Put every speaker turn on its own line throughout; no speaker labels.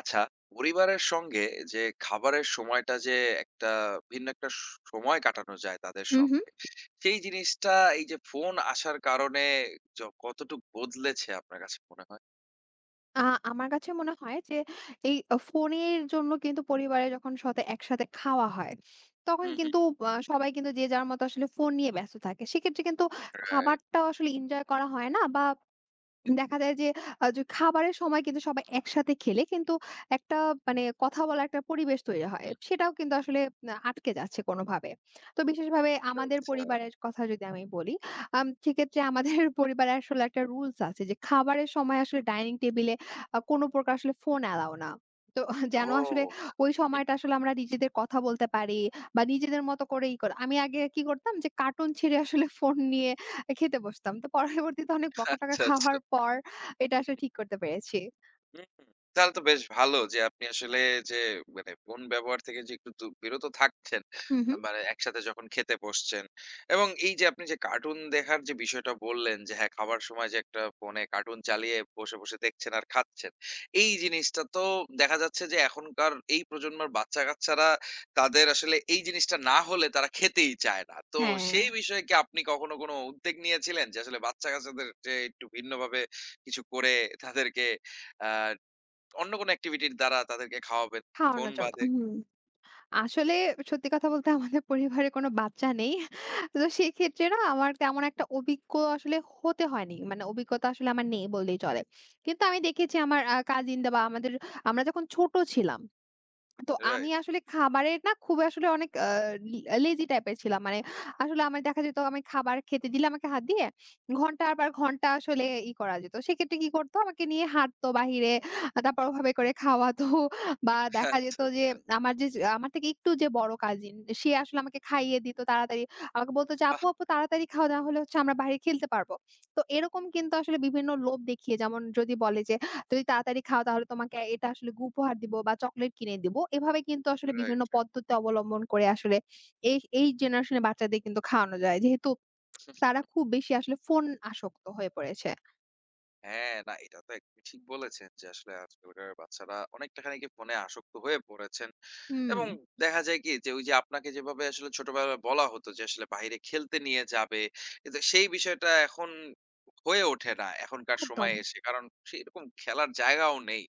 আচ্ছা, পরিবারের সঙ্গে যে খাবারের সময়টা যে একটা ভিন্ন একটা স সময় কাটানো যায় তাদের
হুম, হুম।
সঙ্গে। সেই জিনিসটা এই যে ফোন আসার কারণে কতটুক বদলেছে আপনার কাছে মনে হয়?
আ আমার কাছে মনে হয় যে এই ফোনের জন্য কিন্তু পরিবারে যখন সাথে একসাথে খাওয়া হয়, তখন
হুম, হুম।
কিন্তু সবাই কিন্তু যে যার মতো আসলে ফোন নিয়ে ব্যস্ত থাকে। সেক্ষেত্রে কিন্তু
রাইট।
খাবারটাও আসলে এনজয় করা হয় না বা দেখা যায় যে যে খাবারের সময় কিন্তু সবাই একসাথে খেলে কিন্তু একটা মানে কথা বলার একটা পরিবেশ তৈরি হয়। সেটাও কিন্তু আসলে আটকে যাচ্ছে কোনোভাবে। তো বিশেষভাবে
আচ্ছা,
আমাদের
আচ্ছা।
পরিবারের কথা যদি আমি বলি, সেক্ষেত্রে আমাদের পরিবারে আসলে একটা রুলস আছে যে খাবারের সময় আসলে
হুম, হুম।
ডাইনিং টেবল এ কোনো প্রকার আসলে ফোন এলাও না। তো যেন আসলে
ও
ওই সময়টা আসলে আমরা নিজেদের কথা বলতে পারি বা নিজেদের মতো করে ই করা। আমি আগে কি করতাম যে কার্টুন ছেড়ে আসলে ফোন নিয়ে খেতে বসতাম। তো পরবর্তীতে অনেক বকাটকা
আচ্ছা, আচ্ছা।
খাওয়ার পর এটা আসলে ঠিক করতে পেরেছি।
হুম, তাহলে তো বেশ ভালো যে আপনি আসলে যে মানে ফোন ব্যবহার থেকে যে একটু বিরত থাকছেন
হুম, হুম।
মানে একসাথে যখন খেতে বসছেন এবং এই যে আপনি যে কার্টুন দেখার যে বিষয়টা বললেন যে হ্যাঁ, খাবার সময় যে একটা ফোনে কার্টুন চালিয়ে বসে বসে দেখছেন আর খাচ্ছেন, এই জিনিসটা তো দেখা যাচ্ছে যে এখনকার এই প্রজন্মের বাচ্চা কাচ্চারা তাদের আসলে এই জিনিসটা না হলে তারা খেতেই চায় না। তো
হ্যাঁ,
সেই বিষয়ে কি আপনি কখনো কোনো উদ্যোগ নিয়েছিলেন যে আসলে বাচ্চা কাচ্চাদের যে একটু ভিন্নভাবে কিছু করে তাদেরকে অন্য কোনো এক্টিভিটির দ্বারা তাদেরকে খাওয়াবেন। ফোন
খাওয়ানোর জন্য।
বাদে।
হুম, আসলে সত্যি কথা বলতে আমাদের পরিবারে কোনো বাচ্চা নেই। তো সেক্ষেত্রে না আমার তেমন একটা অভিজ্ঞ আসলে হতে হয়নি। মানে অভিজ্ঞতা আসলে আমার নেই বললেই চলে। কিন্তু আমি দেখেছি আমার কাজিনরা বা আমাদের আমরা যখন ছোট ছিলাম, তো আমি
রাইট।
আসলে খাবারের না খুব আসলে অনেক আ লি লেজি টাইপের ছিলাম। মানে আসলে আমার দেখা যেত আমি খাবার খেতে দিলে আমাকে হাত দিয়ে ঘন্টার পর ঘন্টা আসলে ই করা যেত। সেক্ষেত্রে কি করতো, আমাকে নিয়ে হাঁটতো বাহিরে। তারপর ওভাবে করে খাওয়াতো বা দেখা যেত
আচ্ছা।
যে আমার যে আমার থেকে একটু যে বড় কাজিন সে আসলে আমাকে খাইয়ে দিত তাড়াতাড়ি। আমাকে বলতো যে,
বাহ!
"আপু, আপু তাড়াতাড়ি খাও, না হলে হচ্ছে আমরা বাইরে খেলতে পারবো।" তো এরকম কিন্তু আসলে বিভিন্ন লোভ দেখিয়ে, যেমন যদি বলে যে যদি তাড়াতাড়ি খাও তাহলে তোমাকে এটা আসলে উপহার দিব বা চকোলেট কিনে দিব। এভাবে কিন্তু আসলে বিভিন্ন
রাইট, রাইট।
পদ্ধতি অবলম্বন করে আসলে এই এই জেনারেশনের বাচ্চাদের কিন্তু খাওয়ানো যায়, যেহেতু তারা খুব বেশি আসলে ফোন আসক্ত হয়ে পড়েছে।
হ্যাঁ, না এটা তো একদমই ঠিক বলেছেন যে আসলে আজকালকার বাচ্চারা অনেকটা খানিকি ফোনে আসক্ত হয়ে পড়েছেন।
হুম,
এবং দেখা যায় কি যে ওই যে আপনাকে যেভাবে আসলে ছোটবেলায় বলা হতো যে আসলে বাইরে খেলতে নিয়ে যাবে। কিন্তু সেই বিষয়টা এখন হয়ে ওঠে না এখনকার
একদম।
সময়ে এসে। কারণ সেরকম খেলার জায়গাও নেই।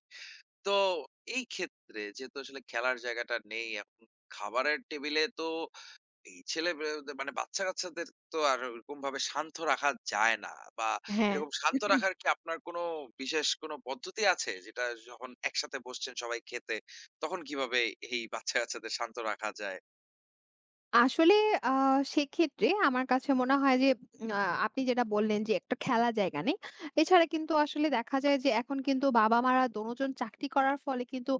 তো এই ক্ষেত্রে যেহেতু আসলে খেলার জায়গাটা নেই এখন, খাবারের টেবিলে তো এই ছেলে বে মানে বাচ্চা-কাচ্চাদের তো আর ওরকমভাবে শান্ত রাখা যায় না বা
হ্যাঁ।
এরকম শান্ত রাখার কি আপনার কোনো বিশেষ কোনো পদ্ধতি আছে? যেটা যখন একসাথে বসছেন সবাই খেতে, তখন কিভাবে এই বাচ্চা-কাচ্চাদের শান্ত রাখা যায়?
আসলে আ সেক্ষেত্রে আমার কাছে মনে হয় যে আ আপনি যেটা বললেন যে একটা খেলার জায়গা নেই। এছাড়া কিন্তু আসলে দেখা যায় যে এখন কিন্তু বাবা-মারা দোনোজন চাকরি করার ফলে কিন্তু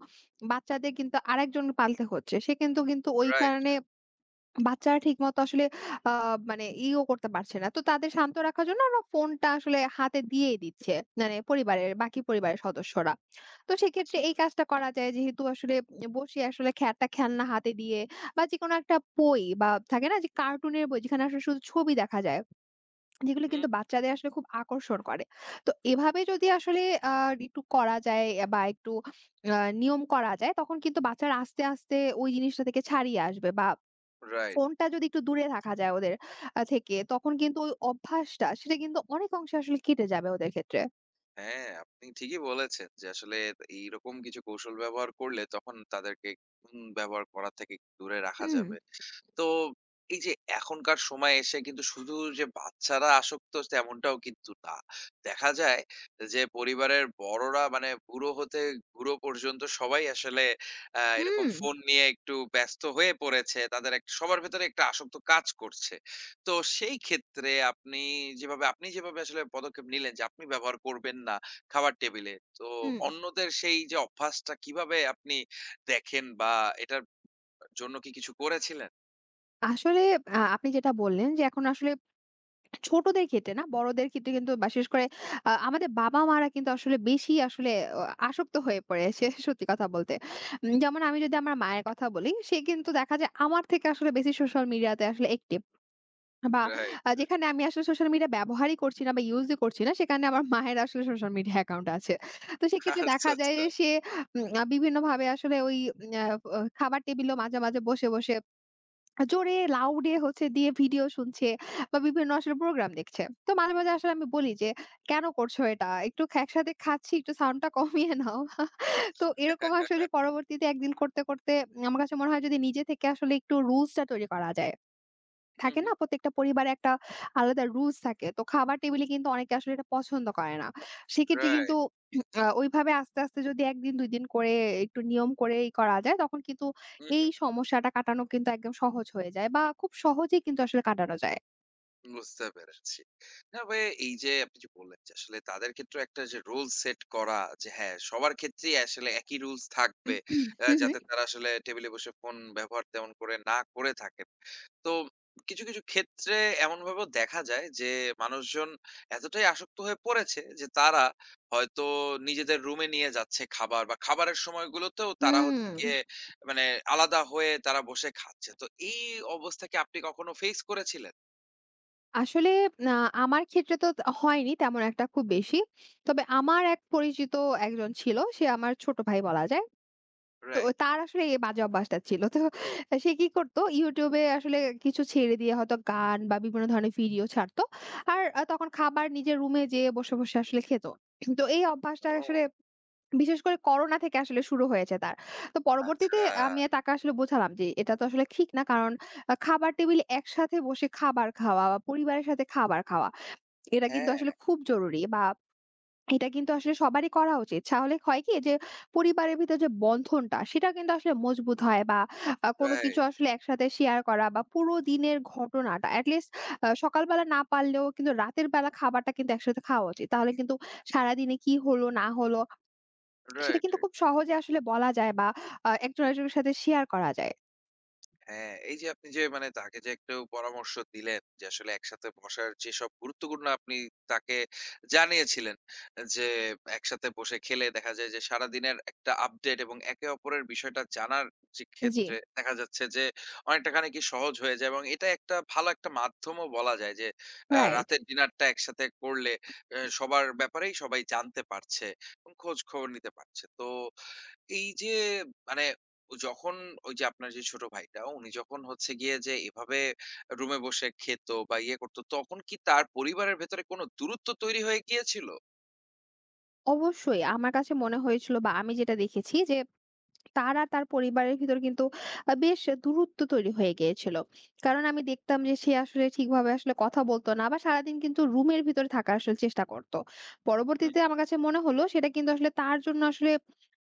বাচ্চাদের কিন্তু আরেকজন পালতে হচ্ছে। সে কিন্তু ওই
রাইট,
কারণে বাচ্চারা ঠিকমতো আসলে আ মানে ইও করতে পারছে না। তো তাদের শান্ত রাখার জন্য ওরা ফোনটা আসলে হাতে দিয়েই দিচ্ছে, মানে পরিবারের সদস্যরা। তো সেক্ষেত্রে এই কাজটা করা যায়, যেহেতু আসলে বসে আসলে একটা খেলনা হাতে দিয়ে বা যেকোনো একটা বই, বা থাকে না যে কার্টুনের বই যেখানে আসলে শুধু ছবি দেখা যায়, যেগুলো
হুম,
কিন্তু বাচ্চাদের আসলে খুব আকর্ষণ করে। তো এভাবে যদি আসলে আ একটু করা যায় বা একটু আ নিয়ম করা যায় তখন কিন্তু বাচ্চারা আস্তে, আস্তে ওই জিনিসটা থেকে ছাড়িয়ে আসবে, বা
রাইট।
ফোনটা যদি একটু দূরে রাখা যায় ওদের থেকে, তখন কিন্তু ওই অভ্যাসটা সেটা কিন্তু অনেক অংশে আসলে কেটে যাবে ওদের ক্ষেত্রে।
হ্যাঁ, আপনি ঠিকই বলেছেন যে আসলে এইরকম কিছু কৌশল ব্যবহার করলে তখন তাদেরকে ফোন ব্যবহার করা থেকে দূরে রাখা
হুম,
যাবে। তো এই যে এখনকার সময়ে এসে কিন্তু শুধু যে বাচ্চারা আসক্ত তেমনটাও কিন্তু না। দেখা যায় যে পরিবারের বড়রা মানে বুড়ো হতে বুড়ো পর্যন্ত সবাই আসলে
হুম,
এরকম ফোন নিয়ে একটু ব্যস্ত হয়ে পড়েছে। তাদের এক সবার ভেতরে একটা আসক্ত কাজ করছে। তো সেই ক্ষেত্রে আপনি যেভাবে আসলে পদক্ষেপ নিলেন যে আপনি ব্যবহার করবেন না খাবার টেবিলে। তো
হুম।
অন্যদের সেই যে অভ্যাসটা কিভাবে আপনি দেখেন বা এটার জন্য কি কিছু করেছিলেন?
আসলে আপনি যেটা বললেন যে এখন আসলে ছোটদের ক্ষেত্রে না, বড়দের ক্ষেত্রে কিন্তু বিশেষ করে আমাদের বাবা-মারা কিন্তু আসলে বেশি আসলে অ আসক্ত হয়ে পড়েছে সত্যি কথা বলতে। যেমন আমি যদি আমার মায়ের কথা বলি, সে কিন্তু দেখা যায় আমার থেকে আসলে বেশি সোশ্যাল মিডিয়াতে আসলে অ্যাক্টিভ। বা
রাইট, রাইট।
যেখানে আমি আসলে সোশ্যাল মিডিয়া ব্যবহারই করছি না বা ইউজই করছি না, সেখানে আমার মায়ের আসলে সোশ্যাল মিডিয়া অ্যাকাউন্ট আছে। তো সেক্ষেত্রে
আচ্ছা,
দেখা যায়
আচ্ছা।
যে সে উম আ বিভিন্নভাবে আসলে ওই উম আ অ খাবার টেবিলেও মাঝে, মাঝে বসে, বসে জোরে লাউড এ হচ্ছে দিয়ে ভিডিও শুনছে বা বিভিন্ন আসলে প্রোগ্রাম দেখছে। তো মাঝে, মাঝে আসলে আমি বলি যে, "কেন করছো এটা? একটু একসাথে খাচ্ছি, একটু সাউন্ডটা কমিয়ে নাও।" তো এরকম আসলে পরবর্তীতে একদিন করতে, করতে আমার কাছে মনে হয় যদি নিজে থেকে আসলে একটু রুলসটা তৈরি করা যায়।
হু,
থাকে
হু।
না? প্রত্যেকটা পরিবারে একটা আলাদা রুলস থাকে। তো খাবার টেবিলে কিন্তু অনেকে আসলে এটা পছন্দ করে না। সেক্ষেত্রে কিন্তু
রাইট।
ওইভাবে আস্তে, আস্তে যদি ১ দিন ২ দিন করে একটু নিয়ম করে ই করা যায়, তখন কিন্তু
হু, হু।
এই সমস্যাটা কাটানো কিন্তু একদম সহজ হয়ে যায় বা খুব সহজেই কিন্তু আসলে কাটানো যায়।
বুঝতে পেরেছি। না ভাই, এই যে আপনি যে বললেন যে আসলে তাদের ক্ষেত্রেও একটা যে রুল সেট করা যে হ্যাঁ, সবার ক্ষেত্রেই আসলে একই রুলস
হু,
থাকবে।
হু।
যাতে তারা আসলে টেবিলে বসে ফোন ব্যবহার তেমন করে না করে থাকেন। তো কিছু, কিছু ক্ষেত্রে এমনভাবেও দেখা যায় যে মানুষজন এতটাই আসক্ত হয়ে পড়েছে যে তারা হয়তো নিজেদের রুমে নিয়ে যাচ্ছে খাবার বা খাবারের সময়গুলোতেও তারা
হুম,
হচ্ছে গিয়ে মানে আলাদা হয়ে তারা বসে খাচ্ছে। তো এই অবস্থাকে আপনি কখনো ফেস করেছিলেন?
আসলে আ আমার ক্ষেত্রে তো হয়নি তেমন একটা খুব বেশি। তবে আমার এক পরিচিত একজন ছিল। সে আমার ছোট ভাই বলা যায়। তো
রাইট।
তার আসলে এই বাজে অভ্যাসটা ছিল। তো সে কি করত, YouTube এ আসলে কিছু ছেড়ে দিয়ে হয়তো গান বা বিভিন্ন ধরনের ভিডিও ছাড়ত। আর তখন খাবার নিজের রুমে যেয়ে বসে, বসে আসলে খেত। তো এই অভ্যাসটা আসলে
ও
বিশেষ করে করোনা থেকে আসলে শুরু হয়েছে তার। তো পরবর্তীতে
আচ্ছা।
আমি তাকে আসলে বোঝালাম যে এটা তো আসলে ঠিক না। কারণ খাবার টেবিলে একসাথে বসে খাবার খাওয়া বা পরিবারের সাথে খাবার খাওয়া এটা কিন্তু
হ্যাঁ,
আসলে খুব জরুরি বা এটা কিন্তু আসলে সবারই করা উচিত। তাহলে হয় কি যে পরিবারের ভিতর যে বন্ধনটা সেটা কিন্তু আসলে মজবুত হয় বা কোনো কিছু
রাইট,
আসলে একসাথে শেয়ার করা বা পুরো দিনের ঘটনাটা এটলিস্ট সকালবেলা না পারলেও কিন্তু রাতের বেলা খাবারটা কিন্তু একসাথে খাওয়া উচিত। তাহলে কিন্তু সারাদিনে কি হলো না হলো সেটা
রাইট,
কিন্তু
রাইট।
খুব সহজে আসলে বলা যায় বা একজন
হুম,
আরেকজনের সাথে শেয়ার করা যায়।
হ্যাঁ, এই যে আপনি যে মানে তাকে যে একটু পরামর্শ দিলেন যে আসলে একসাথে বসার যেসব গুরুত্বপূর্ণ আপনি তাকে জানিয়েছিলেন যে একসাথে বসে খেলে দেখা যায় যে সারাদিনের একটা আপডেট এবং একে অপরের বিষয়টা জানার যে
জি,
ক্ষেত্রে দেখা যাচ্ছে যে অনেকটা খানিকি সহজ হয়ে যায় এবং এটা একটা ভালো একটা মাধ্যমও বলা যায় যে
রাইট।
রাতের ডিনারটা একসাথে করলে সবার ব্যাপারেই সবাই জানতে পারছে এবং খোঁজ খবর নিতে পারছে। তো এই যে মানে ও যখন ওই যে আপনার যে ছোট ভাইটা উনি যখন হচ্ছে গিয়ে যে এভাবে রুমে বসে খেত বা ইয়ে করতো, তখন কি তার পরিবারের ভেতরে কোনো দূরত্ব তৈরি হয়ে গিয়েছিল?
অবশ্যই আমার কাছে মনে হয়েছিল বা আমি যেটা দেখেছি যে তার আর তার পরিবারের ভিতর কিন্তু বেশ দূরত্ব তৈরি হয়ে গিয়েছিল। কারণ আমি দেখতাম যে সে আসলে ঠিকভাবে আসলে কথা বলতো না বা সারাদিন কিন্তু রুমের ভিতরে থাকার আসলে চেষ্টা করত। পরবর্তীতে
হুম।
আমার কাছে মনে হলো সেটা কিন্তু আসলে তার জন্য আসলে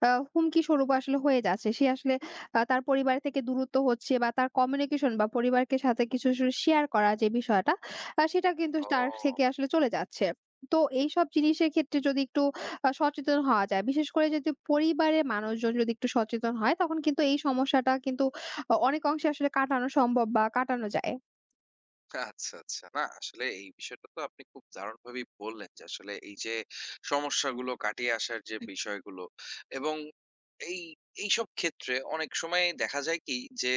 হুমকি স্বরূপ আসলে হয়ে যাচ্ছে। সে আসলে তার পরিবার থেকে দূরত্ব হচ্ছে বা তার কমিউনিকেশন বা পরিবারকে সাথে কিছু আসলে শেয়ার করা যে বিষয়টা সেটা কিন্তু তার
ও।
থেকে আসলে চলে যাচ্ছে। তো এইসব জিনিসের ক্ষেত্রে যদি একটু সচেতন হওয়া যায়। বিশেষ করে যদি পরিবারের মানুষজন যদি একটু সচেতন হয়, তখন কিন্তু এই সমস্যাটা কিন্তু অনেক অংশে আসলে কাটানো সম্ভব বা কাটানো যায়।
আচ্ছা, আচ্ছা। না আসলে এই বিষয়টা তো আপনি খুব দারুণভাবেই বললেন যে আসলে এই যে সমস্যাগুলো কাটিয়ে আসার যে বিষয়গুলো এবং এই এইসব ক্ষেত্রে অনেক সময় দেখা যায় কি যে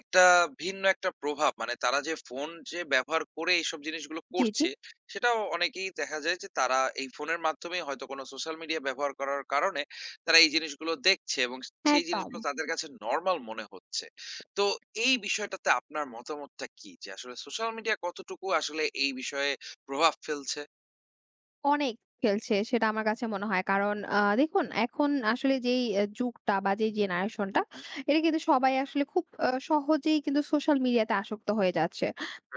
একটা ভিন্ন একটা প্রভাব মানে তারা যে ফোন যে ব্যবহার করে এইসব জিনিসগুলো
জি, জি।
করছে, সেটাও অনেকেই দেখা যায় যে তারা এই ফোনের মাধ্যমে হয়তো কোনো সোশ্যাল মিডিয়া ব্যবহার করার কারণে তারা এই জিনিসগুলো দেখছে এবং সেই
একদম।
জিনিসগুলো তাদের কাছে নরমাল মনে হচ্ছে। তো এই বিষয়টাতে আপনার মতামতটা কি? যে আসলে সোশ্যাল মিডিয়া কতটুকু আসলে এই বিষয়ে প্রভাব ফেলছে?
অনেক খেলছে সেটা আমার কাছে মনে হয়। কারণ দেখুন, এখন আসলে যেই যুগটা বা যেই জেনারেশন টা
হুম, হুম।
এটা কিন্তু সবাই আসলে খুব সহজেই কিন্তু সোশ্যাল মিডিয়াতে আসক্ত হয়ে যাচ্ছে।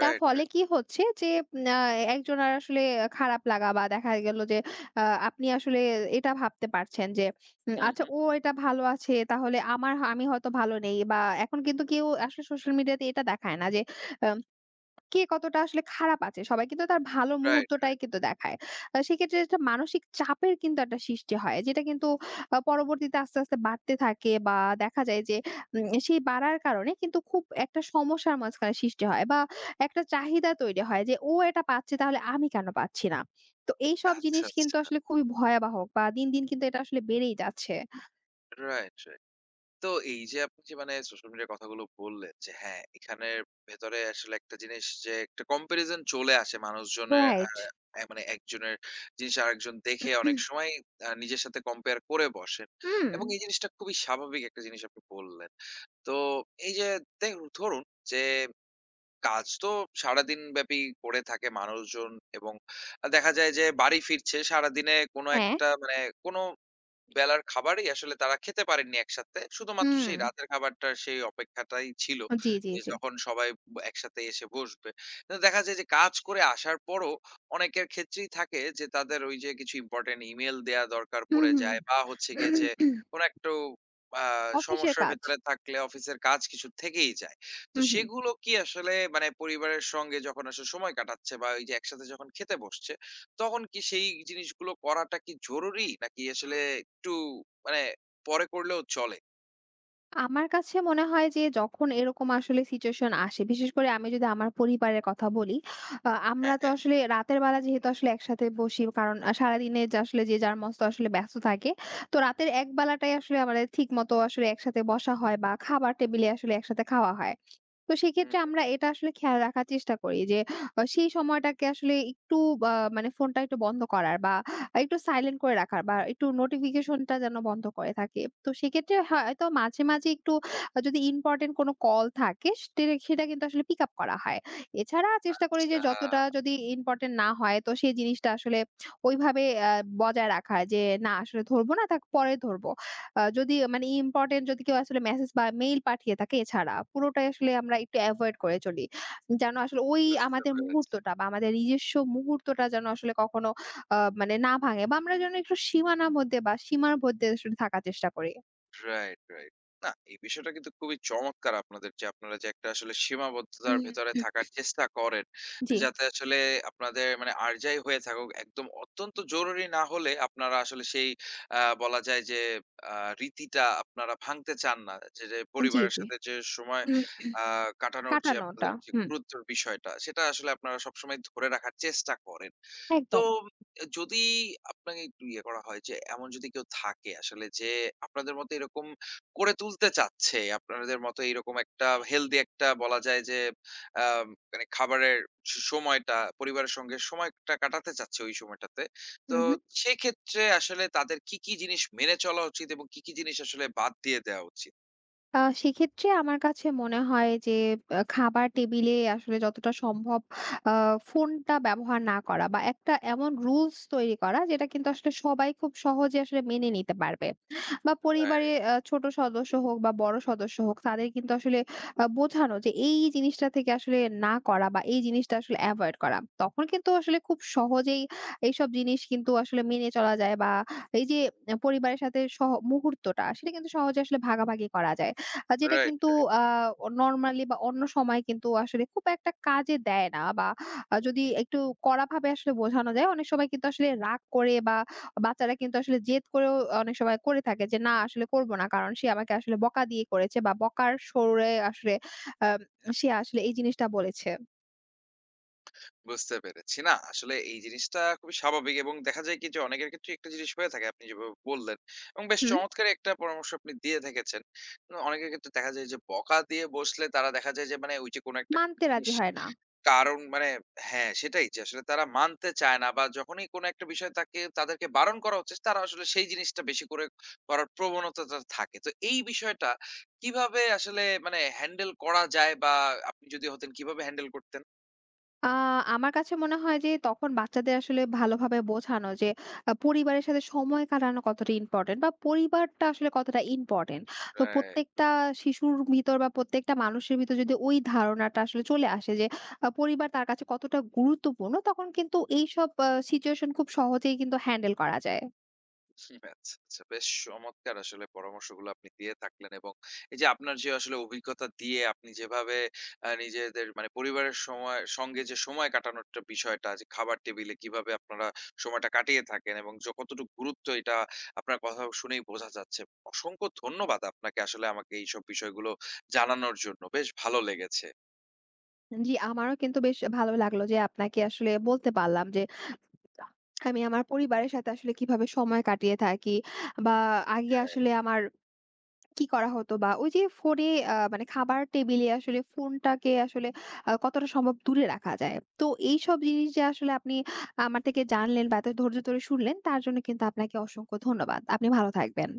তার ফলে
রাইট।
কি হচ্ছে যে উম আ একজনের আসলে খারাপ লাগা বা দেখা গেল যে আ আপনি আসলে এটা ভাবতে পারছেন যে
হুম,
আচ্ছা,
হুম।
ও এটা ভালো আছে, তাহলে আমি হয়তো ভালো নেই, বা এখন কিন্তু কেউ আসলে সোশ্যাল মিডিয়াতে এটা দেখায় না যে আ কে কতটা আসলে খারাপ আছে। সবাই কিন্তু তার ভালো
রাইট,
মুহূর্তটাই
রাইট।
কিন্তু দেখায়। সেক্ষেত্রে একটা মানসিক চাপের কিন্তু একটা সৃষ্টি হয়, যেটা কিন্তু পরবর্তীতে আস্তে, আস্তে বাড়তে থাকে, বা দেখা যায় যে সেই বাড়ার কারণে কিন্তু খুব একটা সমস্যার মাঝখানে সৃষ্টি হয় বা একটা চাহিদা তৈরি হয় যে, "ও এটা পাচ্ছে, তাহলে আমি কেন পাচ্ছি না?" তো এইসব
আচ্ছা,
জিনিস কিন্তু
আচ্ছা।
আসলে খুবই ভয়াবহ বা দিন, দিন কিন্তু এটা আসলে বেড়েই যাচ্ছে।
Right, right. তো এই যে আপনি যে মানে সোশ্যাল মিডিয়ার কথাগুলো বললেন যে হ্যাঁ, এখানের ভেতরে আসলে একটা জিনিস যে একটা কম্প্যারিজন চলে আসে মানুষজনের আ
রাইট।
আ মানে একজনের জিনিস আরেকজন দেখে অনেক সময় নিজের সাথে কম্পেয়ার করে বসেন।
হুম।
এবং এই জিনিসটা খুবই স্বাভাবিক একটা জিনিস আপনি বললেন। তো এই যে দে ধরুন যে কাজ তো সারাদিন ব্যাপী করে থাকে মানুষজন এবং দেখা যায় যে বাড়ি ফিরছে সারাদিনে কোনো
হ্যাঁ।
একটা মানে কোনো বেলার খাবারই আসলে তারা খেতে পারেননি একসাথে। শুধুমাত্র
হুম।
সেই রাতের খাবারটার সেই অপেক্ষাটাই ছিল
জি, জি,
যে
জি।
যখন সবাই একসাথে এসে বসবে। তো দেখা যায় যে কাজ করে আসার পরও অনেকের ক্ষেত্রেই থাকে যে তাদের ওই যে কিছু ইম্পোর্টেন্ট ইমেইল দেয়া দরকার
হুম,
পড়ে
হুম।
যায় বা হচ্ছে গিয়ে যে কোনো একটু আ
অফিসের
সমস্যার
কাজ।
ভেতরে থাকলে অফিসের কাজ কিছু থেকেই যায়। তো
হুম, হুম।
সেগুলো কি আসলে মানে পরিবারের সঙ্গে যখন আসলে সময় কাটাচ্ছে বা ওই যে একসাথে যখন খেতে বসছে তখন কি সেই জিনিসগুলো করাটা কি জরুরি? নাকি আসলে একটু মানে পরে করলেও চলে?
আমার কাছে মনে হয় যে যখন এরকম আসলে সিচুয়েশন আসে, বিশেষ করে আমি যদি আমার পরিবারের কথা বলি, আমরা
হ্যাঁ,
তো
হ্যাঁ।
আসলে রাতের বেলা যেহেতু আসলে একসাথে বসি, কারণ সারাদিনে যে আসলে যে যার মস্ত আসলে ব্যস্ত থাকে। তো রাতের এক বেলাটাই আসলে আমাদের ঠিকমতো আসলে একসাথে বসা হয় বা খাবার টেবিলে আসলে একসাথে খাওয়া হয়। তো
হুম,
সেক্ষেত্রে
হুম।
আমরা এটা আসলে খেয়াল রাখার চেষ্টা করি যে সেই সময়টাকে আসলে একটু মানে ফোনটা একটু বন্ধ করার বা একটু সাইলেন্ট করে রাখার বা একটু নোটিফিকেশনটা যেন বন্ধ করে থাকে। তো সেক্ষেত্রে হয়তো মাঝে, মাঝে একটু যদি ইম্পোর্টেন্ট কোনো কল থাকে সেটা কিন্তু আসলে পিক আপ করা হয়। এছাড়া চেষ্টা করি যে
আচ্ছা,
যতটা যদি ইম্পোর্টেন্ট না হয় তো সেই জিনিসটা আসলে ওইভাবে আ বজায় রাখা, যে না আসলে ধরবো না, তার পরে ধরব। যদি মানে ইম্পোর্টেন্ট যদি কেউ আসলে মেসেজ বা মেইল পাঠিয়ে থাকে এছাড়া। পুরোটাই আসলে আমরা একটু এভয়েড করে চলি, যেন আসলে ওই
বুঝতে
আমাদের
পেরেছি।
মুহূর্তটা বা আমাদের নিজস্ব মুহূর্তটা যেন আসলে কখনো মানে না ভাঙে, বা আমরা যেন একটু সীমানার মধ্যে বা সীমার মধ্যে আসলে থাকার চেষ্টা করি।
Right, right. না, এই বিষয়টা কিন্তু খুবই চমৎকার আপনাদের যে আপনারা যে একটা আসলে সীমাবদ্ধতার ভেতরে থাকার চেষ্টা করেন।
জি,
যাতে আসলে আপনাদের মানে আর যাই হয়ে থাকুক একদম অত্যন্ত জরুরি না হলে আপনারা আসলে সেই বলা যায় যে আ রীতিটা আপনারা ভাঙতে চান না। যে
জি,
পরিবারের
জি।
সাথে যে সময় আ কাটানোর যে
কাটানোটা।
আপনাদের যে
হুম,
গুরুত্বের বিষয়টা সেটা আসলে আপনারা সবসময় ধরে রাখার চেষ্টা করেন। তো
একদম।
যদি আপনাকে একটু ইয়ে করা হয় যে এমন যদি কেউ থাকে আসলে যে আপনাদের মতো এরকম করে তুলতে চাচ্ছে, আপনাদের মতো এরকম একটা হেলদি একটা বলা যায় যে আ মানে খাবারের সময়টা পরিবারের সঙ্গে সময়টা কাটাতে চাচ্ছে ওই সময়টাতে।
হু,
তো
হু।
সেক্ষেত্রে আসলে তাদের কি, কি জিনিস মেনে চলা উচিত এবং কি, কি জিনিস আসলে বাদ দিয়ে দেওয়া উচিত?
সেক্ষেত্রে আমার কাছে মনে হয় যে খাবার
হু, হু।
টেবিলে আসলে যতটা সম্ভব আ ফোনটা ব্যবহার না করা বা একটা এমন রুলস তৈরি করা যেটা কিন্তু আসলে সবাই খুব সহজে আসলে মেনে নিতে পারবে। বা
হ্যাঁ,
পরিবারে ছোট সদস্য হোক বা বড় সদস্য হোক তাদের কিন্তু আসলে বোঝানো যে এই জিনিসটা থেকে আসলে না করা বা এই জিনিসটা আসলে এভয়েড করা। তখন কিন্তু আসলে খুব সহজেই এইসব জিনিস কিন্তু আসলে মেনে চলা যায়, বা এই যে পরিবারের সাথে সহ মুহূর্তটা সেটা কিন্তু সহজে আসলে ভাগাভাগি করা যায়। যেটা
রাইট,
কিন্তু আ নরমালি বা অন্য সময় কিন্তু আসলে খুব একটা কাজে দেয় না, বা
রাইট।
যদি একটু কড়াভাবে আসলে বোঝানো যায়, অনেক সময় কিন্তু আসলে রাগ করে বা বাচ্চারা কিন্তু আসলে জেদ করেও অনেক সময় করে থাকে যে, "না আসলে করব না। কারণ সে আমাকে আসলে বকা দিয়ে করেছে বা বকার সুরে আসলে আ সে আসলে এই জিনিসটা বলেছে।"
বুঝতে পেরেছি। না, আসলে এই জিনিসটা খুবই স্বাভাবিক এবং দেখা যায় কি যে অনেকের ক্ষেত্রে একটা জিনিস হয়ে থাকে আপনি যেভাবে বললেন এবং বেশ
হুম,
চমৎকার একটা পরামর্শ আপনি দিয়ে থেকেছেন। অনেকের ক্ষেত্রে দেখা যায় যে বকা দিয়ে বসলে তারা দেখা যায় যে মানে ওই যে কোনো একটা
মানতে রাজি
জিনিস
হয় না।
কারণ মানে হ্যাঁ, সেটাই যে আসলে তারা মানতে চায় না বা যখনই কোনো একটা বিষয় তাদেরকে বারণ করা হচ্ছে তারা আসলে সেই জিনিসটা বেশি করে করার প্রবণতাটা থাকে। তো এই বিষয়টা কিভাবে আসলে মানে হ্যান্ডেল করা যায় বা আপনি যদি হতেন কিভাবে হ্যান্ডেল করতেন?
আ আমার কাছে মনে হয় যে তখন বাচ্চাদের আসলে ভালোভাবে বোঝানো যে পরিবারের সাথে সময় কাটানো কতটা ইম্পোর্টেন্ট বা পরিবারটা আসলে কতটা ইম্পোর্টেন্ট। তো
অ্যা
প্রত্যেকটা শিশুর ভিতর বা প্রত্যেকটা মানুষের ভিতর যদি ওই ধারণাটা আসলে চলে আসে যে পরিবার তার কাছে কতটা গুরুত্বপূর্ণ, তখন কিন্তু এইসব সিচুয়েশন খুব সহজেই কিন্তু হ্যান্ডেল করা যায়।
হুম, আচ্ছা, আচ্ছা। বেশ চমৎকার আসলে পরামর্শগুলো আপনি দিয়ে থাকলেন এবং এই যে আপনার যে আসলে অভিজ্ঞতা দিয়ে আপনি যেভাবে নিজেদের মানে পরিবারের সময় সঙ্গে যে সময় কাটানোর একটা বিষয়টা যে খাবার টেবিলে কিভাবে আপনারা সময়টা কাটিয়ে থাকেন এবং কতটুকু গুরুত্ব এটা আপনার কথা শুনেই বোঝা যাচ্ছে। অসংখ্য ধন্যবাদ আপনাকে আসলে আমাকে এইসব বিষয়গুলো জানানোর জন্য। বেশ ভালো লেগেছে।
জি, আমারও কিন্তু বেশ ভালো লাগলো যে আপনাকে আসলে বলতে পারলাম যে আমি আমার পরিবারের সাথে আসলে কিভাবে সময় কাটিয়ে থাকি, বা আগে
হ্যাঁ।
আসলে আমার কি করা হতো, বা ওই যে ফোনে মানে খাবার টেবিলে আসলে ফোনটাকে আসলে কতটা সম্ভব দূরে রাখা যায়। তো এইসব জিনিস যে আসলে আপনি আমার থেকে জানলেন বা এত ধৈর্য ধরে শুনলেন তার জন্য কিন্তু আপনাকে অসংখ্য ধন্যবাদ। আপনি ভালো থাকবেন।